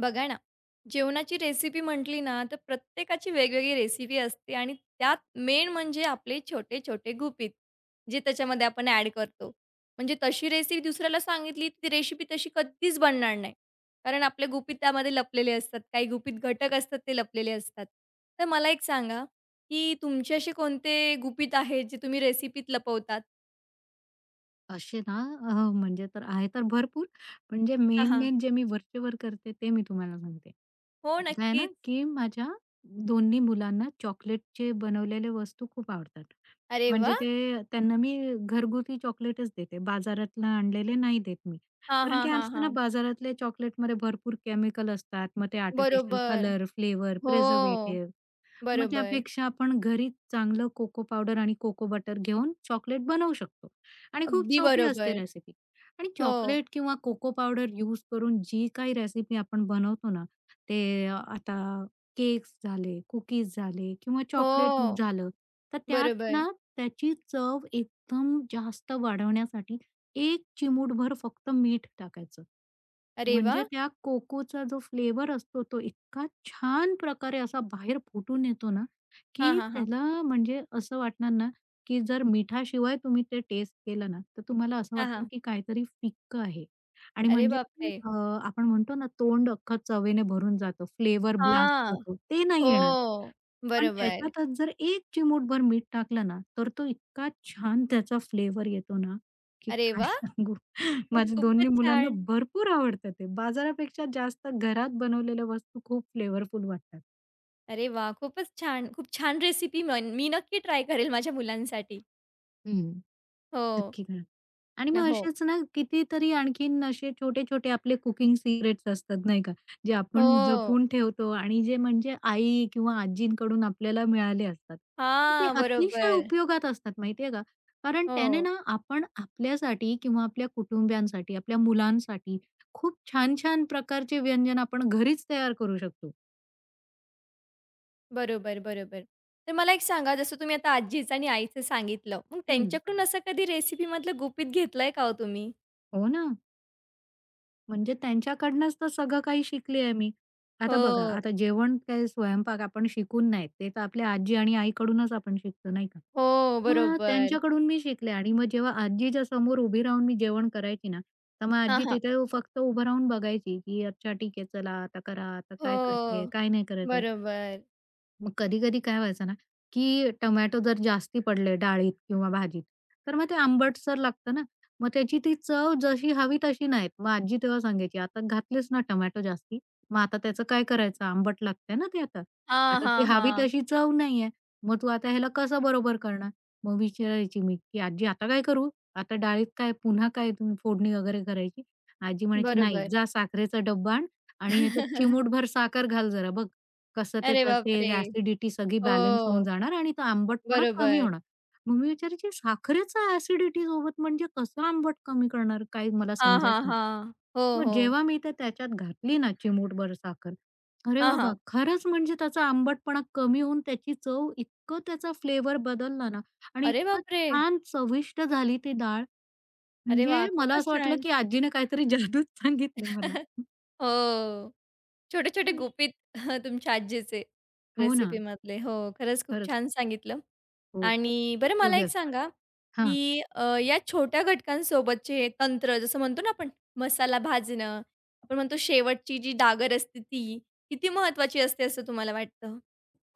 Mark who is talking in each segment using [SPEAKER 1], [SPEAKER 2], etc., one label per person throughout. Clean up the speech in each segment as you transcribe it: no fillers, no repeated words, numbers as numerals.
[SPEAKER 1] बघा ना, जेवणाची रेसिपी म्हटली ना, तर प्रत्येकाची वेगवेगळी रेसिपी असते आणि त्यात मेन म्हणजे आपले छोटे-छोटे गुपित, जे त्याच्यामध्ये आपण ॲड करतो. म्हणजे तशी रेसिपी दुसऱ्याला सांगितली, ती रेसिपी तशी कधीच बनणार नाही. कारण आपले गुपित त्यामध्ये लपलेले असतात. काही गुपित घटक असतात, ते लपलेले असतात. तर मला एक सांगा, की तुमचे असे कोणते गुपित आहेत, जे तुम्ही रेसिपीत लपवतात?
[SPEAKER 2] असे ना म्हणजे तर आहे तर भरपूर, पण जे
[SPEAKER 1] हां, हां.
[SPEAKER 2] मेन-मेन जे मी वरचेवर करते ते मी तुम्हाला सांगते.
[SPEAKER 1] हो,
[SPEAKER 2] आता काय आहे ना,
[SPEAKER 1] नक्कीच.
[SPEAKER 2] की माझ्या दोन्ही मुलांना चॉकलेटचे बनवलेले वस्तू खूप आवडतात.
[SPEAKER 1] अरे
[SPEAKER 2] म्हणजे
[SPEAKER 1] वाह!
[SPEAKER 2] ते त्यांना मी घरगुती चॉकलेटच देते. बाजारातनं आणलेले नाही देत मी.
[SPEAKER 1] हां,
[SPEAKER 2] कारण
[SPEAKER 1] हां,
[SPEAKER 2] की
[SPEAKER 1] हां,
[SPEAKER 2] असतं ना
[SPEAKER 1] हां.
[SPEAKER 2] बाजारातले चॉकलेटमध्ये भरपूर केमिकल असतात. मग ते आर्टिफिशियल
[SPEAKER 1] बरोबर.
[SPEAKER 2] कलर, फ्लेवर,
[SPEAKER 1] हो,
[SPEAKER 2] प्रिझर्व्हेटिव्ह. मग
[SPEAKER 1] बरोबर.
[SPEAKER 2] त्यापेक्षा आपण घरी चांगलं कोको पावडर आणि कोको बटर घेऊन चॉकलेट बनवू शकतो आणि खूप
[SPEAKER 1] अगदी
[SPEAKER 2] सोपी असते
[SPEAKER 1] बरोबर.
[SPEAKER 2] रेसिपी. आणि
[SPEAKER 1] हो,
[SPEAKER 2] चॉकलेट किंवा कोको पावडर यूज करून जी काही रेसिपी आपण बनवतो ना, ते आता केक्स झाले, कुकीज झाले किंवा चॉकलेट
[SPEAKER 1] हो.
[SPEAKER 2] झालं, तर त्यात
[SPEAKER 1] बरोबर.
[SPEAKER 2] ना त्याची चव एकदम जास्त वाढवण्यासाठी 1 चिमूटभर फक्त मीठ टाकायचं.
[SPEAKER 1] अरे
[SPEAKER 2] म्हणजे
[SPEAKER 1] वाह!
[SPEAKER 2] त्या कोकोचा जो फ्लेवर असतो तो इतका छान प्रकारे असा बाहेर फुटून येतो ना,
[SPEAKER 1] हां,
[SPEAKER 2] की
[SPEAKER 1] हां, हां.
[SPEAKER 2] त्याला म्हणजे असं वाटणार ना, की जर मिठाशिवाय तुम्ही ते टेस्ट केलं ना, तर तुम्हाला असं
[SPEAKER 1] हां,
[SPEAKER 2] वाटतं
[SPEAKER 1] हां.
[SPEAKER 2] की काहीतरी फिक्कं आहे. आणि
[SPEAKER 1] अरे
[SPEAKER 2] म्हणजे
[SPEAKER 1] बापरे!
[SPEAKER 2] आपण म्हणतो ना, तोंड अख्खं चवेने भरून जातं, फ्लेवर ब्लास्ट
[SPEAKER 1] हां.
[SPEAKER 2] होतो, ते नाही
[SPEAKER 1] हो.
[SPEAKER 2] येणार. पण
[SPEAKER 1] बरोबर.
[SPEAKER 2] त्याच्यातच जर एक चिमूटभर मीठ टाकलं ना, तर तो इतका छान त्याचा फ्लेवर येतो ना, की
[SPEAKER 1] अरे
[SPEAKER 2] काय
[SPEAKER 1] वाह!
[SPEAKER 2] सांगू. माझ्या
[SPEAKER 1] खूपच
[SPEAKER 2] दोन्ही मुलांना
[SPEAKER 1] छान.
[SPEAKER 2] भरपूर आवडतं ते. बाजारापेक्षा जास्त घरात बनवलेल्या वस्तू खूप फ्लेवरफुल वाटतात.
[SPEAKER 1] अरे वाह! खूपच छान. खूप छान रेसिपी मन मी नक्की ट्राय करेल माझ्या मुलांसाठी.
[SPEAKER 2] हं.
[SPEAKER 1] हो.
[SPEAKER 2] नक्की करा. आणि
[SPEAKER 1] ना
[SPEAKER 2] मग
[SPEAKER 1] हो.
[SPEAKER 2] असेच ना कितीतरी आणखीन असे छोटे-छोटे आपले कुकिंग सिक्रेट्स असतात नाही का, जे आपण
[SPEAKER 1] हो.
[SPEAKER 2] जपून ठेवतो आणि जे म्हणजे आई किंवा आजींकडून आपल्याला मिळाले असतात. तर ते
[SPEAKER 1] हां.
[SPEAKER 2] अतिशय
[SPEAKER 1] बरोबर.
[SPEAKER 2] उपयोगात असतात माहितीये का, कारण त्याने
[SPEAKER 1] हो.
[SPEAKER 2] ना आपण आपल्यासाठी किंवा आपल्या कुटुंबियांसाठी, आपल्या मुलांसाठी खूप छान-छान प्रकारचे व्यंजन आपण घरीच तयार करू शकतो.
[SPEAKER 1] बरोबर, बरोबर. तर मला एक सांगा जसं तुम्ही आता आजीचं आणि आईचं सांगितलं. मग
[SPEAKER 2] हं.
[SPEAKER 1] त्यांच्याकडून असं कधी रेसिपीमधलं गुपित घेतलंय का हो तुम्ही?
[SPEAKER 2] हो ना. म्हणजे त्यांच्याकडनंच तर सगळं काही शिकली आहे मी. आता बघा,
[SPEAKER 1] हो.
[SPEAKER 2] आता जेवण काय स्वयंपाक आपण शिकून नाही, ते तर आपल्या आजी आणि आईकडूनच आपण शिकतो, नाही का?
[SPEAKER 1] हो,
[SPEAKER 2] मग
[SPEAKER 1] बरोबर.
[SPEAKER 2] त्यांच्याकडून मी शिकले आणि मग जेव्हा आजीच्या समोर उभी राहून मी जेवण करायची ना, तर मग
[SPEAKER 1] हां,
[SPEAKER 2] आजी
[SPEAKER 1] हां.
[SPEAKER 2] तिथे फक्त उभं राहून बघायची, की अच्छा ठीक आहे, चला आता करा, आता काय करते,
[SPEAKER 1] हो.
[SPEAKER 2] काय नाही करत आहे.
[SPEAKER 1] बरोबर.
[SPEAKER 2] मग कधी-कधी काय व्हायचं ना, की टोमॅटो जर जास्ती पडले डाळीत किंवा भाजीत, तर मग ते आंबटसर लागतं ना. मग त्याची ती चव जशी हवी तशी नाहीत. मग आजी तेव्हा सांगायची, "आता घातलेस ना टोमॅटो जास्ती, मग आता त्याचं काय करायचं? आंबट लागतंय ना ते आता.
[SPEAKER 1] हां,
[SPEAKER 2] आता ती
[SPEAKER 1] हां,
[SPEAKER 2] हवी
[SPEAKER 1] हां.
[SPEAKER 2] तशी चव नाहीये. मग तू आता ह्याला कसं बरोबर करणार?" मग विचारायची मी, की "आजी आता काय करू? आता डाळीत काय पुन्हा काय तुम्ही फोडणी वगैरे करायची?" आजी म्हणायची, "नाही,
[SPEAKER 1] बरोबर.
[SPEAKER 2] जा साखरेचा डब्बा आण आणि ह्याच्यात चिमूटभर साखर घाल जरा बघ. कसं ते
[SPEAKER 1] अरे बापरे!
[SPEAKER 2] त्याची ॲसिडिटी सगळी
[SPEAKER 1] हो,
[SPEAKER 2] बॅलन्स होऊन जाणार आणि तो आंबटपणा कमी
[SPEAKER 1] बरोबर.
[SPEAKER 2] होणार. मग मी विचारायची साखरेचा ॲसिडिटी सोबत म्हणजे कसं आंबट कमी करणार? काही मला
[SPEAKER 1] हां, हां,
[SPEAKER 2] समजायचं नाही.
[SPEAKER 1] हां. हो,
[SPEAKER 2] मग
[SPEAKER 1] हो.
[SPEAKER 2] जेव्हा मी ते त्याच्यात घातली ना चिमूटभर साखर, अरे
[SPEAKER 1] हां,
[SPEAKER 2] बाबा!
[SPEAKER 1] हां.
[SPEAKER 2] खरंच म्हणजे त्याचा आंबटपणा कमी होऊन त्याची चव इतकं त्याचा फ्लेवर बदलला ना आणि
[SPEAKER 1] अरे
[SPEAKER 2] इतकं
[SPEAKER 1] बापरे!
[SPEAKER 2] छान चविष्ट झाली ती डाळ.
[SPEAKER 1] अरे
[SPEAKER 2] म्हणजे
[SPEAKER 1] वाह!
[SPEAKER 2] मला
[SPEAKER 1] खूपच
[SPEAKER 2] असं वाटलं
[SPEAKER 1] छान.
[SPEAKER 2] की आजीने काहीतरी जादूच सांगितलं मला.
[SPEAKER 1] हो. छोटे-छोटे गुपित तुमच्या आजीचे
[SPEAKER 2] हो ना.
[SPEAKER 1] रेसिपीमधले. हो, खरंच खूप
[SPEAKER 2] खरंच.
[SPEAKER 1] छान सांगितलं.
[SPEAKER 2] हो, खूप
[SPEAKER 1] आणि बरं मला
[SPEAKER 2] उपयोगी
[SPEAKER 1] एक
[SPEAKER 2] असतात.
[SPEAKER 1] सांगा,
[SPEAKER 2] हां.
[SPEAKER 1] की या छोट्या घटकांसोबतचे तंत्र जसं म्हणतो ना आपण मसाला भाजणं, आपण म्हणतो शेवटची जी डागर असते ती, किती महत्त्वाची असते असं तुम्हाला वाटतं?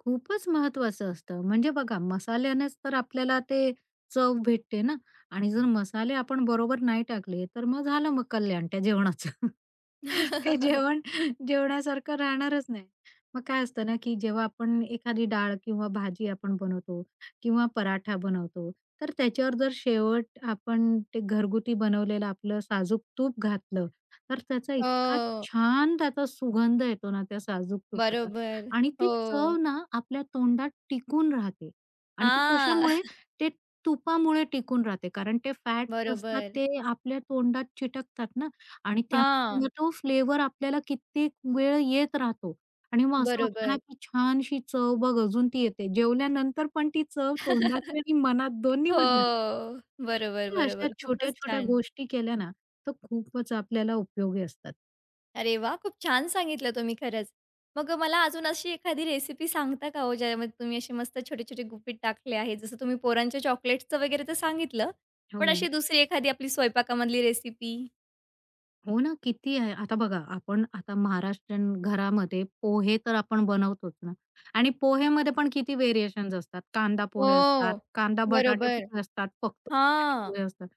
[SPEAKER 2] खूपच महत्वाचं असतं. म्हणजे बघा मसाल्यानेच तर आपल्याला ते चव भेटते ना आणि जर मसाले आपण बरोबर नाही टाकले, तर मग झालं मग कल्याण त्या जेवणाचं. ते जेवण जेवणासारखं राहणारच नाही. मग काय असतं ना, की जेव्हा आपण एखादी डाळ किंवा भाजी आपण बनवतो किंवा पराठा बनवतो, तर त्याच्यावर जर शेवट आपण ते घरगुती बनवलेलं आपलं साजूक तूप घातलं, तर त्याचा इतका
[SPEAKER 1] हो,
[SPEAKER 2] छान त्याचा सुगंध येतो ना त्या साजूक तुपाचा.
[SPEAKER 1] बरोबर.
[SPEAKER 2] आणि ती
[SPEAKER 1] हो.
[SPEAKER 2] चव ना आपल्या तोंडात टिकून राहते आणि ती
[SPEAKER 1] हां.
[SPEAKER 2] कशामुळे? ते तुपामुळे टिकून राहते. कारण ते फॅट्स असतात
[SPEAKER 1] बरोबर.
[SPEAKER 2] ते आपल्या तोंडात चिटकतात ना आणि
[SPEAKER 1] हां,
[SPEAKER 2] त्यामुळे तो फ्लेवर आपल्याला कित्येक वेळ येत राहतो आणि मग असं वाटतं ना,
[SPEAKER 1] बरोबर.
[SPEAKER 2] की छानशी चव बघ अजून ती येते. जेवल्यानंतर पण ती चव तोंडात आणि मनात
[SPEAKER 1] हो.
[SPEAKER 2] दोन्हीमध्ये हं. राहते.
[SPEAKER 1] बरोबर,
[SPEAKER 2] तर अशा
[SPEAKER 1] बरोबर. खूपच
[SPEAKER 2] छोट्या-छोट्या
[SPEAKER 1] छान.
[SPEAKER 2] गोष्टी केल्या ना, तर खूपच आपल्याला उपयोगी असतात.
[SPEAKER 1] अरे वाह! खूप छान सांगितलं तुम्ही खरंच. मग मला अजून अशी एखादी रेसिपी सांगता का हो, ज्यामध्ये तुम्ही असे मस्त छोटे-छोटे गुपीत टाकले आहेत? जसं तुम्ही पोरांच्या चॉकलेट्सचं वगैरे तर सांगितलं, पण
[SPEAKER 2] हो.
[SPEAKER 1] अशी दुसरी एखादी आपली स्वयंपाकामधली रेसिपी?
[SPEAKER 2] हो ना, किती आहे. आता बघा, आपण आता महाराष्ट्रीयन घरामध्ये पोहे तर आपण बनवतोच ना आणि पोहेमध्ये पण किती व्हेरिएशन्स असतात. कांदा पोहे असतात,
[SPEAKER 1] हो,
[SPEAKER 2] कांदा बटाटे
[SPEAKER 1] बरोबर.
[SPEAKER 2] पोहे असतात, फक्त बटाटे
[SPEAKER 1] हां.
[SPEAKER 2] पोहे असतात.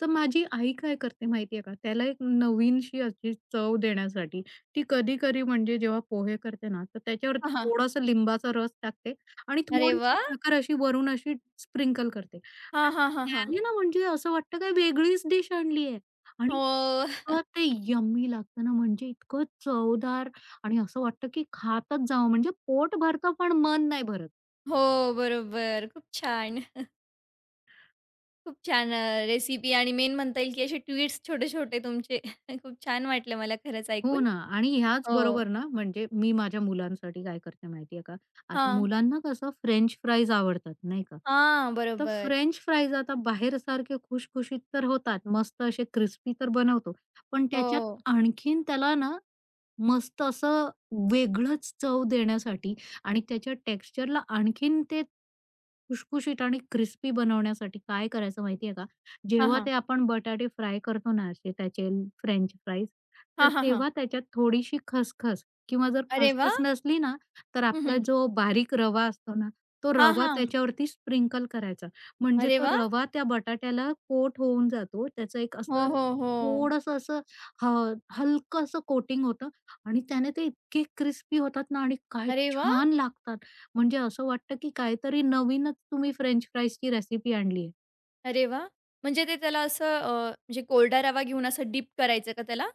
[SPEAKER 2] तर माझी आई काय करते माहितीये का, त्याला एक नवीनशी अशी चव देण्यासाठी ती कधी-कधी म्हणजे जेव्हा पोहे करते ना, तर त्याच्यावरती
[SPEAKER 1] हां, हां.
[SPEAKER 2] थोडासा लिंबाचा रस टाकते आणि बरं.
[SPEAKER 1] अरे
[SPEAKER 2] थोडीशी
[SPEAKER 1] वाह!
[SPEAKER 2] साखर अशी वरून अशी स्प्रिंकल करते. आणि
[SPEAKER 1] हां, हां, हां, हां.
[SPEAKER 2] त्याने ना म्हणजे असं वाटतं काय वेगळीच डिश आणली आहे. आणि
[SPEAKER 1] हो,
[SPEAKER 2] इतकं ते यम्मी लागतं ना, म्हणजे इतकं चवदार आणि असं वाटतं की खातच जावं म्हणजे पोट भरतं पण मन नाही भरत.
[SPEAKER 1] हो, बरोबर. खूप छान. खूप छान रेसिपी आणि मेन म्हणता येईल की असे ट्विट्स छोटे-छोटे तुमचे खूप छान वाटलं मला खरंच
[SPEAKER 2] हो
[SPEAKER 1] ऐकून.
[SPEAKER 2] ना आणि ह्याच
[SPEAKER 1] हो.
[SPEAKER 2] बरोबर ना म्हणजे मी माझ्या मुलांसाठी काय करते माहितीये का? आता
[SPEAKER 1] हां,
[SPEAKER 2] मुलांना कसं फ्रेंच फ्राईज आवडतात नाही का?
[SPEAKER 1] हां,
[SPEAKER 2] तर
[SPEAKER 1] बरोबर.
[SPEAKER 2] फ्रेंच फ्राईज आता बाहेर सारखे खुशखुशीत तर होतात, मस्त असे क्रिस्पी तर बनवतो. पण त्याच्यात
[SPEAKER 1] हो.
[SPEAKER 2] आणखीन त्याला ना मस्त असं वेगळंच चव देण्यासाठी आणि त्याच्या टेक्स्चरला आणखीन ते खुशखुशीत आणि क्रिस्पी बनवण्यासाठी काय करायचं माहितीये का?
[SPEAKER 1] हां,
[SPEAKER 2] जेव्हा
[SPEAKER 1] हां.
[SPEAKER 2] ते आपण बटाटे फ्राय करतो ना असे त्याचे फ्रेंच फ्राईज,
[SPEAKER 1] हां,
[SPEAKER 2] तर
[SPEAKER 1] हां, हां.
[SPEAKER 2] तेव्हा त्याच्यात थोडीशी खसखस किंवा जर
[SPEAKER 1] अरे वाह!
[SPEAKER 2] खसखस नसली ना, तर
[SPEAKER 1] हं,
[SPEAKER 2] आपला
[SPEAKER 1] हं.
[SPEAKER 2] जो बारीक रवा असतो ना, तो
[SPEAKER 1] हां,
[SPEAKER 2] रवा
[SPEAKER 1] हां.
[SPEAKER 2] त्याच्यावरती स्प्रिंकल करायचा. म्हणजे
[SPEAKER 1] अरे
[SPEAKER 2] तो
[SPEAKER 1] वाह!
[SPEAKER 2] रवा त्या बटाट्याला कोट होऊन जातो. त्याचं एक
[SPEAKER 1] हो,
[SPEAKER 2] असं
[SPEAKER 1] हो, हो.
[SPEAKER 2] थोडंसं असं ह हलकंसं कोटिंग होतं आणि त्याने ते इतके क्रिस्पी होतात ना आणि काय
[SPEAKER 1] अरे वाह!
[SPEAKER 2] छान लागतात. म्हणजे असं वाटतं की काहीतरी नवीनच तुम्ही फ्रेंच फ्राईजची रेसिपी आणली.
[SPEAKER 1] अरे वाह! म्हणजे ते त्याला असं म्हणजे कोरडा रवा घेऊन असं डीप करायचं का त्याला?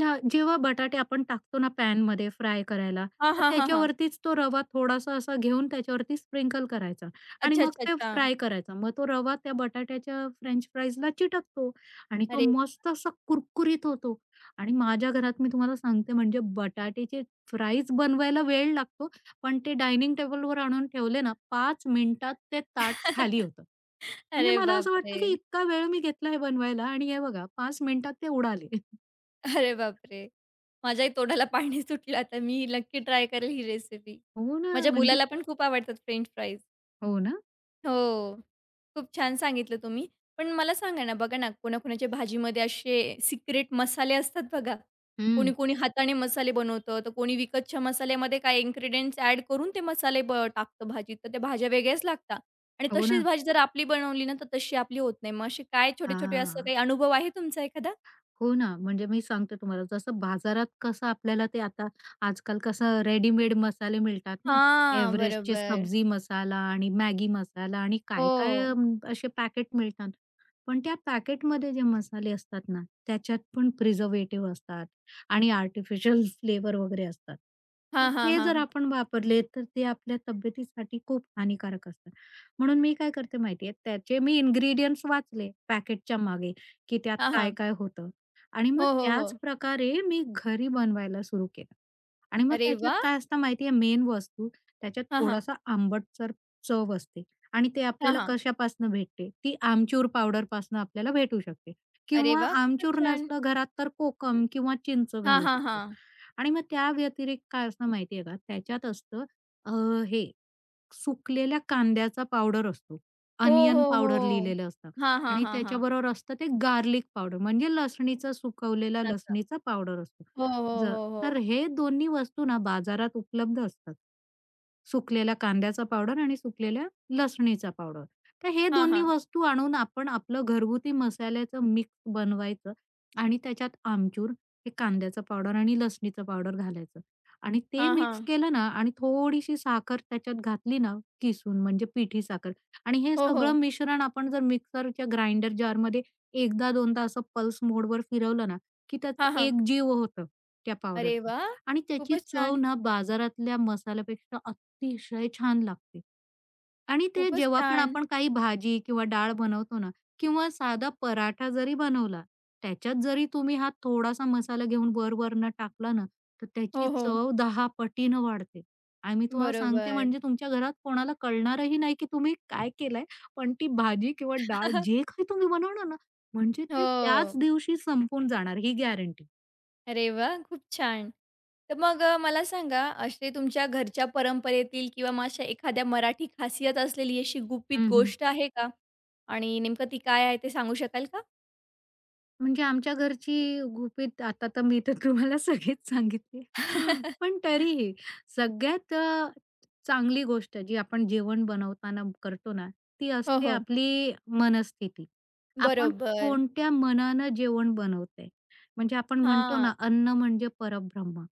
[SPEAKER 2] ना जेव्हा बटाटे आपण टाकतो ना पॅनमध्ये फ्राय करायला,
[SPEAKER 1] हां,
[SPEAKER 2] तर
[SPEAKER 1] हां, हां, हां.
[SPEAKER 2] त्याच्यावरतीच तो रवा थोडासा असा घेऊन त्याच्यावरती स्प्रिंकल करायचा आणि
[SPEAKER 1] अच्छा,
[SPEAKER 2] मग
[SPEAKER 1] अच्छा,
[SPEAKER 2] ते
[SPEAKER 1] अच्छा.
[SPEAKER 2] फ्राय करायचा. मग तो रवा त्या बटाट्याच्या फ्रेंच फ्राईजला चिटकतो आणि तो
[SPEAKER 1] अरे
[SPEAKER 2] मस्त असा कुरकुरीत होतो आणि माझ्या घरात मी तुम्हाला सांगते म्हणजे बटाट्याचे फ्राईज बनवायला वेळ लागतो, पण ते डायनिंग टेबलवर आणून ठेवले ना 5 मिनिटात ते ताट खाली होतं. म्हणजे
[SPEAKER 1] अरे
[SPEAKER 2] मला असं वाटतं
[SPEAKER 1] बापरे!
[SPEAKER 2] की इतका वेळ मी घेतला हे बनवायला आणि हे बघा 5 मिनिटात ते उडाले.
[SPEAKER 1] अरे बापरे! माझ्याही तोंडाला पाणी सुटलं आता. मी नक्की ट्राय करेल ही रेसिपी.
[SPEAKER 2] हो ना,
[SPEAKER 1] माझ्या
[SPEAKER 2] म्हणजे
[SPEAKER 1] मुलाला पण खूप आवडतात फ्रेंच फ्राईज.
[SPEAKER 2] हो ना?
[SPEAKER 1] हो. खूप छान सांगितलं तुम्ही. पण मला सांगा ना, बघा ना, कोणाकोणाच्या भाजीमध्ये असे सिक्रेट मसाले असतात बघा.
[SPEAKER 2] हं.
[SPEAKER 1] कोणी-कोणी हाताने मसाले बनवतं, तर कोणी विकतच्या मसाल्यामध्ये काही इन्ग्रीडियंट्स ॲड करून ते मसाले ब टाकतं भाजीत, तर त्या भाज्या वेगळ्याच लागतात. आणि
[SPEAKER 2] हो
[SPEAKER 1] तशीच
[SPEAKER 2] ना.
[SPEAKER 1] भाजी जर आपली बनवली ना, तर तशी आपली होत नाही. मग असे काय छोटे-छोटे असं
[SPEAKER 2] हां.
[SPEAKER 1] काही अनुभव आहे तुमचा एखादा?
[SPEAKER 2] हो ना. म्हणजे मी सांगते तुम्हाला जसं बाजारात कसं आपल्याला ते आता आजकाल कसं रेडीमेड मसाले मिळतात ना.
[SPEAKER 1] हां,
[SPEAKER 2] एव्हरेस्टचे
[SPEAKER 1] बरोबर.
[SPEAKER 2] सब्जी मसाला आणि मॅगी मसाला आणि काय-काय
[SPEAKER 1] हो.
[SPEAKER 2] अ, असे पॅकेट मिळतात. पण त्या पॅकेटमध्ये जे मसाले असतात ना, त्याच्यात पण प्रिझर्व्हेटिव्ह असतात आणि आर्टिफिशियल फ्लेवर वगैरे असतात. तर
[SPEAKER 1] हां, हां,
[SPEAKER 2] ते जर
[SPEAKER 1] हां.
[SPEAKER 2] आपण वापरले, तर ते आपल्या तब्येतीसाठी खूप हानिकारक असतात. म्हणून मी काय करते माहिती त्याचे मी इन्ग्रीडियंट्स वाचले पॅकेटच्या मागे, की त्यात
[SPEAKER 1] हां, हां.
[SPEAKER 2] काय-काय होतं आणि मग
[SPEAKER 1] हो, हो, हो.
[SPEAKER 2] त्याच प्रकारे मी घरी बनवायला सुरू केलं आणि मग
[SPEAKER 1] अरे
[SPEAKER 2] त्याच्यात
[SPEAKER 1] वाह!
[SPEAKER 2] काय असतं माहिती मेन वस्तू त्याच्यात
[SPEAKER 1] हां, हां.
[SPEAKER 2] थोडासा आंबटसर चव असते. आणि ते
[SPEAKER 1] हां,
[SPEAKER 2] आपल्याला
[SPEAKER 1] हां.
[SPEAKER 2] कशापासनं भेटते? ती आमचूर पावडरपासनं आपल्याला भेटू शकते
[SPEAKER 1] अरे
[SPEAKER 2] किंवा
[SPEAKER 1] वाह! खूपच
[SPEAKER 2] आमचूर
[SPEAKER 1] छान.
[SPEAKER 2] नसलं घरात तर कोकम किंवा चिंच
[SPEAKER 1] हां,
[SPEAKER 2] घालू
[SPEAKER 1] हां,
[SPEAKER 2] शकतो.
[SPEAKER 1] हां.
[SPEAKER 2] आणि मग त्या व्यतिरिक्त काय असतं माहिती आहे का? त्याच्यात असतं अ, हे सुकलेल्या कांद्याचा पावडर असतो.
[SPEAKER 1] हो,
[SPEAKER 2] अनियन
[SPEAKER 1] हो,
[SPEAKER 2] पावडर
[SPEAKER 1] हो.
[SPEAKER 2] लिहिलेलं असतं
[SPEAKER 1] हां, हां,
[SPEAKER 2] आणि
[SPEAKER 1] हां, हां.
[SPEAKER 2] त्याच्याबरोबर असतं ते गार्लिक पावडर म्हणजे लसणीचा सुकवलेला
[SPEAKER 1] असं.
[SPEAKER 2] लसणीचा पावडर असतो.
[SPEAKER 1] हो, हो,
[SPEAKER 2] ज
[SPEAKER 1] हो, हो.
[SPEAKER 2] तर हे दोन्ही वस्तू ना बाजारात उपलब्ध असतात. सुकलेला कांद्याचा पावडर आणि सुकलेल्या लसणीचा पावडर. तर हे
[SPEAKER 1] हां,
[SPEAKER 2] दोन्ही
[SPEAKER 1] हां.
[SPEAKER 2] वस्तू आणून आपण आपलं घरगुती मसाल्याचं मिक्स बनवायचं आणि त्याच्यात आमचूर, हे कांद्याचा पावडर आणि लसणीचा पावडर घालायचं. आणि ते
[SPEAKER 1] हां,
[SPEAKER 2] मिक्स
[SPEAKER 1] हां.
[SPEAKER 2] केलं ना आणि थोडीशी साखर त्याच्यात घातली ना किसून म्हणजे पिठी साखर आणि हे
[SPEAKER 1] हो,
[SPEAKER 2] सगळं
[SPEAKER 1] हो.
[SPEAKER 2] मिश्रण आपण जर मिक्सरच्या ग्राइंडर जारमध्ये एकदा दोनदा असं पल्स मोडवर फिरवलं ना, की त्याचं
[SPEAKER 1] हां, हां.
[SPEAKER 2] एक जीव होतं त्या
[SPEAKER 1] अरे
[SPEAKER 2] पावडरचं
[SPEAKER 1] वाह!
[SPEAKER 2] आणि त्याची
[SPEAKER 1] खूपच
[SPEAKER 2] चव
[SPEAKER 1] छान,
[SPEAKER 2] ना बाजारातल्या मसाल्यापेक्षा अतिशय छान लागते. आणि ते
[SPEAKER 1] खूपच
[SPEAKER 2] जेव्हा पण
[SPEAKER 1] छान.
[SPEAKER 2] आपण काही भाजी किंवा डाळ बनवतो ना किंवा साधा पराठा जरी बनवला, त्याच्यात जरी तुम्ही हा थोडासा मसाला घेऊन वर-वरनं टाकला ना, तर
[SPEAKER 1] हो,
[SPEAKER 2] त्याची
[SPEAKER 1] हो.
[SPEAKER 2] चव 10 पटीनं वाढते. आणि मी तुम्हाला सांगते
[SPEAKER 1] बरोबर.
[SPEAKER 2] म्हणजे तुमच्या घरात कोणाला कळणारही नाही, की तुम्ही काय केलंय? पण ती भाजी किंवा डाळ जे काही तुम्ही बनवणार ना, म्हणजे ते त्याच
[SPEAKER 1] हो.
[SPEAKER 2] दिवशी संपून जाणार ही गॅरंटी.
[SPEAKER 1] अरे वाह! खूप छान. तर मग मला सांगा असे तुमच्या घरच्या परंपरेतील किंवा मग अशा एखाद्या मराठी खासियत असलेली अशी गुपित गोष्ट आहे का? आणि नेमकं ती काय आहे ते सांगू शकाल का?
[SPEAKER 2] म्हणजे आमच्या घरची गुपित आता तर मी तर तुम्हाला सगळेच सांगितले.
[SPEAKER 1] हो, हो.
[SPEAKER 2] पण तरीही सगळ्यात चांगली गोष्ट जी आपण जेवण बनवताना करतो ना, ती असते आपली मनस्थिती. आपण
[SPEAKER 1] बरोबर.
[SPEAKER 2] कोणत्या मनानं जेवण बनवतंय. म्हणजे आपण म्हणतो
[SPEAKER 1] हां.
[SPEAKER 2] ना, अन्न म्हणजे परब्रह्म.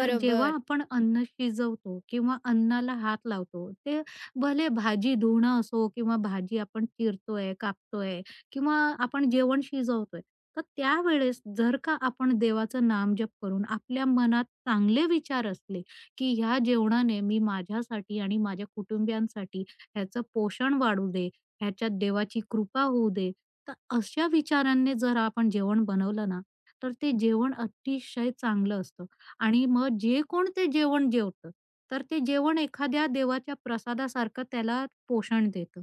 [SPEAKER 2] तर जेव्हा आपण अन्न शिजवतो किंवा अन्नाला हात लावतो, ते भले भाजी धुणं असो किंवा भाजी आपण चिरतोय, कापतोय किंवा आपण जेवण शिजवतोय. तर त्यावेळेस जर का आपण देवाचं नामजप करून आपल्या मनात चांगले विचार असले, की ह्या जेवणाने मी माझ्यासाठी आणि माझ्या कुटुंबियांसाठी ह्याचं पोषण वाढू दे, ह्याच्यात देवाची कृपा होऊ दे. तर अशा विचारांनी जर आपण जेवण बनवलं ना, तर ते जेवण अतिशय चांगलं असतं आणि मग जे कोण ते जेवण जेवतं, तर ते जेवण एखाद्या देवाच्या प्रसादासारखं त्याला पोषण देतं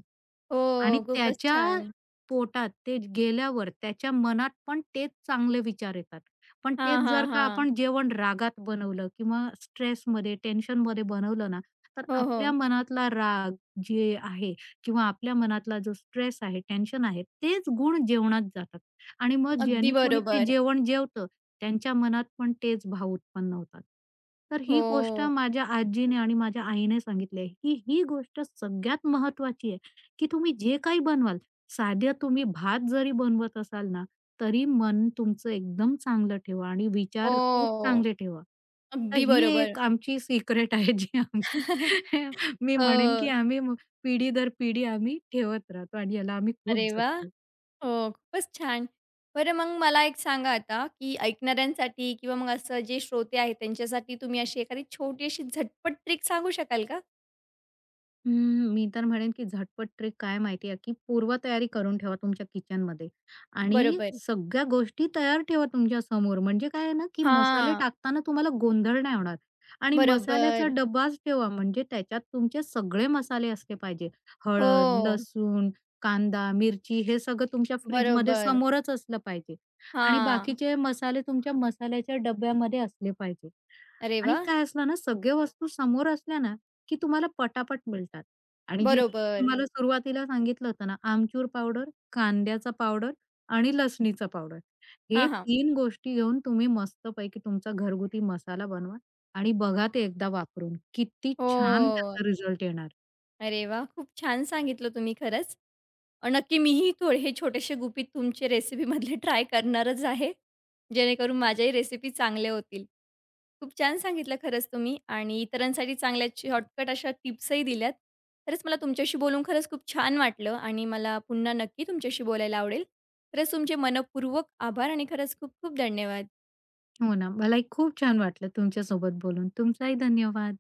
[SPEAKER 1] हो,
[SPEAKER 2] आणि
[SPEAKER 1] खूपच
[SPEAKER 2] त्याच्या
[SPEAKER 1] छान.
[SPEAKER 2] पोटात ते गेल्यावर त्याच्या मनात पण तेच चांगले विचार येतात. पण तेच
[SPEAKER 1] हां,
[SPEAKER 2] जर
[SPEAKER 1] हां,
[SPEAKER 2] का
[SPEAKER 1] हां.
[SPEAKER 2] आपण जेवण रागात बनवलं किंवा स्ट्रेसमध्ये, टेन्शनमध्ये बनवलं ना, तर
[SPEAKER 1] हो,
[SPEAKER 2] आपल्या
[SPEAKER 1] हो.
[SPEAKER 2] मनातला राग जे आहे किंवा आपल्या मनातला जो स्ट्रेस आहे, टेन्शन आहे, तेच गुण जेवणात जातात आणि मग
[SPEAKER 1] अगदी
[SPEAKER 2] ज्याने कोणी ते
[SPEAKER 1] बरोबर.
[SPEAKER 2] जेवण जेवतं, त्यांच्या मनात पण तेच भाव उत्पन्न होतात. तर ही गोष्ट
[SPEAKER 1] हो,
[SPEAKER 2] माझ्या आजीने आणि माझ्या आईने सांगितली आहे, की ही गोष्ट सगळ्यात महत्त्वाची आहे, की तुम्ही जे काही बनवाल साध्या तुम्ही भात जरी बनवत असाल ना, तरी मन तुमचं एकदम चांगलं ठेवा आणि विचार खूप
[SPEAKER 1] हो.
[SPEAKER 2] चांगले ठेवा. तर
[SPEAKER 1] अगदी
[SPEAKER 2] ही
[SPEAKER 1] बरोबर.
[SPEAKER 2] एक आमची सिक्रेट आहे जी आम्ही मी म्हणेन, की
[SPEAKER 1] हो.
[SPEAKER 2] पिढी दर पिढी आम्ही ठेवत राहतो आणि याला आम्ही खूप
[SPEAKER 1] अरे वाह!
[SPEAKER 2] जपतो.
[SPEAKER 1] हो, खूपच छान. बरं मग मला एक सांगा आता, की ऐकणाऱ्यांसाठी किंवा मग असं जे श्रोते आहेत त्यांच्यासाठी तुम्ही अशी एखादी छोटी अशी झटपट ट्रिक सांगू शकाल का?
[SPEAKER 2] हम्म, मी तर म्हणेन की झटपट ट्रिक काय माहिती आहे, की पूर्वतयारी करून ठेवा तुमच्या किचनमध्ये आणि
[SPEAKER 1] बरोबर.
[SPEAKER 2] सगळ्या गोष्टी तयार ठेवा तुमच्या समोर. म्हणजे काय आहे ना, की मसाले
[SPEAKER 1] हां.
[SPEAKER 2] टाकताना तुम्हाला गोंधळ नाही होणार आणि मसाल्याचा
[SPEAKER 1] बरोबर.
[SPEAKER 2] डब्बाच ठेवा म्हणजे त्याच्यात तुमचे सगळे मसाले असले पाहिजे. हळद,
[SPEAKER 1] हो.
[SPEAKER 2] लसूण, कांदा, मिरची हे सगळं तुमच्या फ्रिजमध्ये
[SPEAKER 1] बरोबर.
[SPEAKER 2] समोरच असलं पाहिजे आणि
[SPEAKER 1] हां.
[SPEAKER 2] बाकीचे मसाले तुमच्या मसाल्याच्या डब्यामध्ये असले पाहिजे.
[SPEAKER 1] अरे
[SPEAKER 2] आणि
[SPEAKER 1] वाह!
[SPEAKER 2] काय असलं ना, सगळ्या वस्तू समोर असल्या ना, की तुम्हाला पटापट मिळतात. आणि जे
[SPEAKER 1] बरोबर.
[SPEAKER 2] तुम्हाला सुरुवातीला सांगितलं होतं ना, आमचूर पावडर, कांद्याचा पावडर आणि लसणीचा पावडर. हे
[SPEAKER 1] हां, हां.
[SPEAKER 2] तीन गोष्टी घेऊन तुम्ही मस्तपैकी तुमचा घरगुती मसाला बनवा आणि बघा ते एकदा वापरून. किती छान
[SPEAKER 1] हो.
[SPEAKER 2] त्याचा रिझल्ट येणार.
[SPEAKER 1] अरे वाह! खूप छान सांगितलं तुम्ही खरंच. नक्की मीही थोडे हे छोटेसे गुपित तुमचे रेसिपीमधले ट्राय करणारच आहे. जेणेकरून माझ्याही रेसिपी चांगल्या होतील. खूप छान सांगितलं खरंच तुम्ही आणि इतरांसाठी चांगल्या शॉर्टकट अशा टिप्सही दिल्यात. खरंच मला तुमच्याशी बोलून खरंच खूप छान वाटलं आणि मला पुन्हा नक्की तुमच्याशी बोलायला आवडेल. खरंच तुमचे मनःपूर्वक आभार आणि खरंच खूप खूप धन्यवाद.
[SPEAKER 2] हो ना. मलाही खूप छान वाटलं तुमच्यासोबत बोलून. तुमचाही धन्यवाद.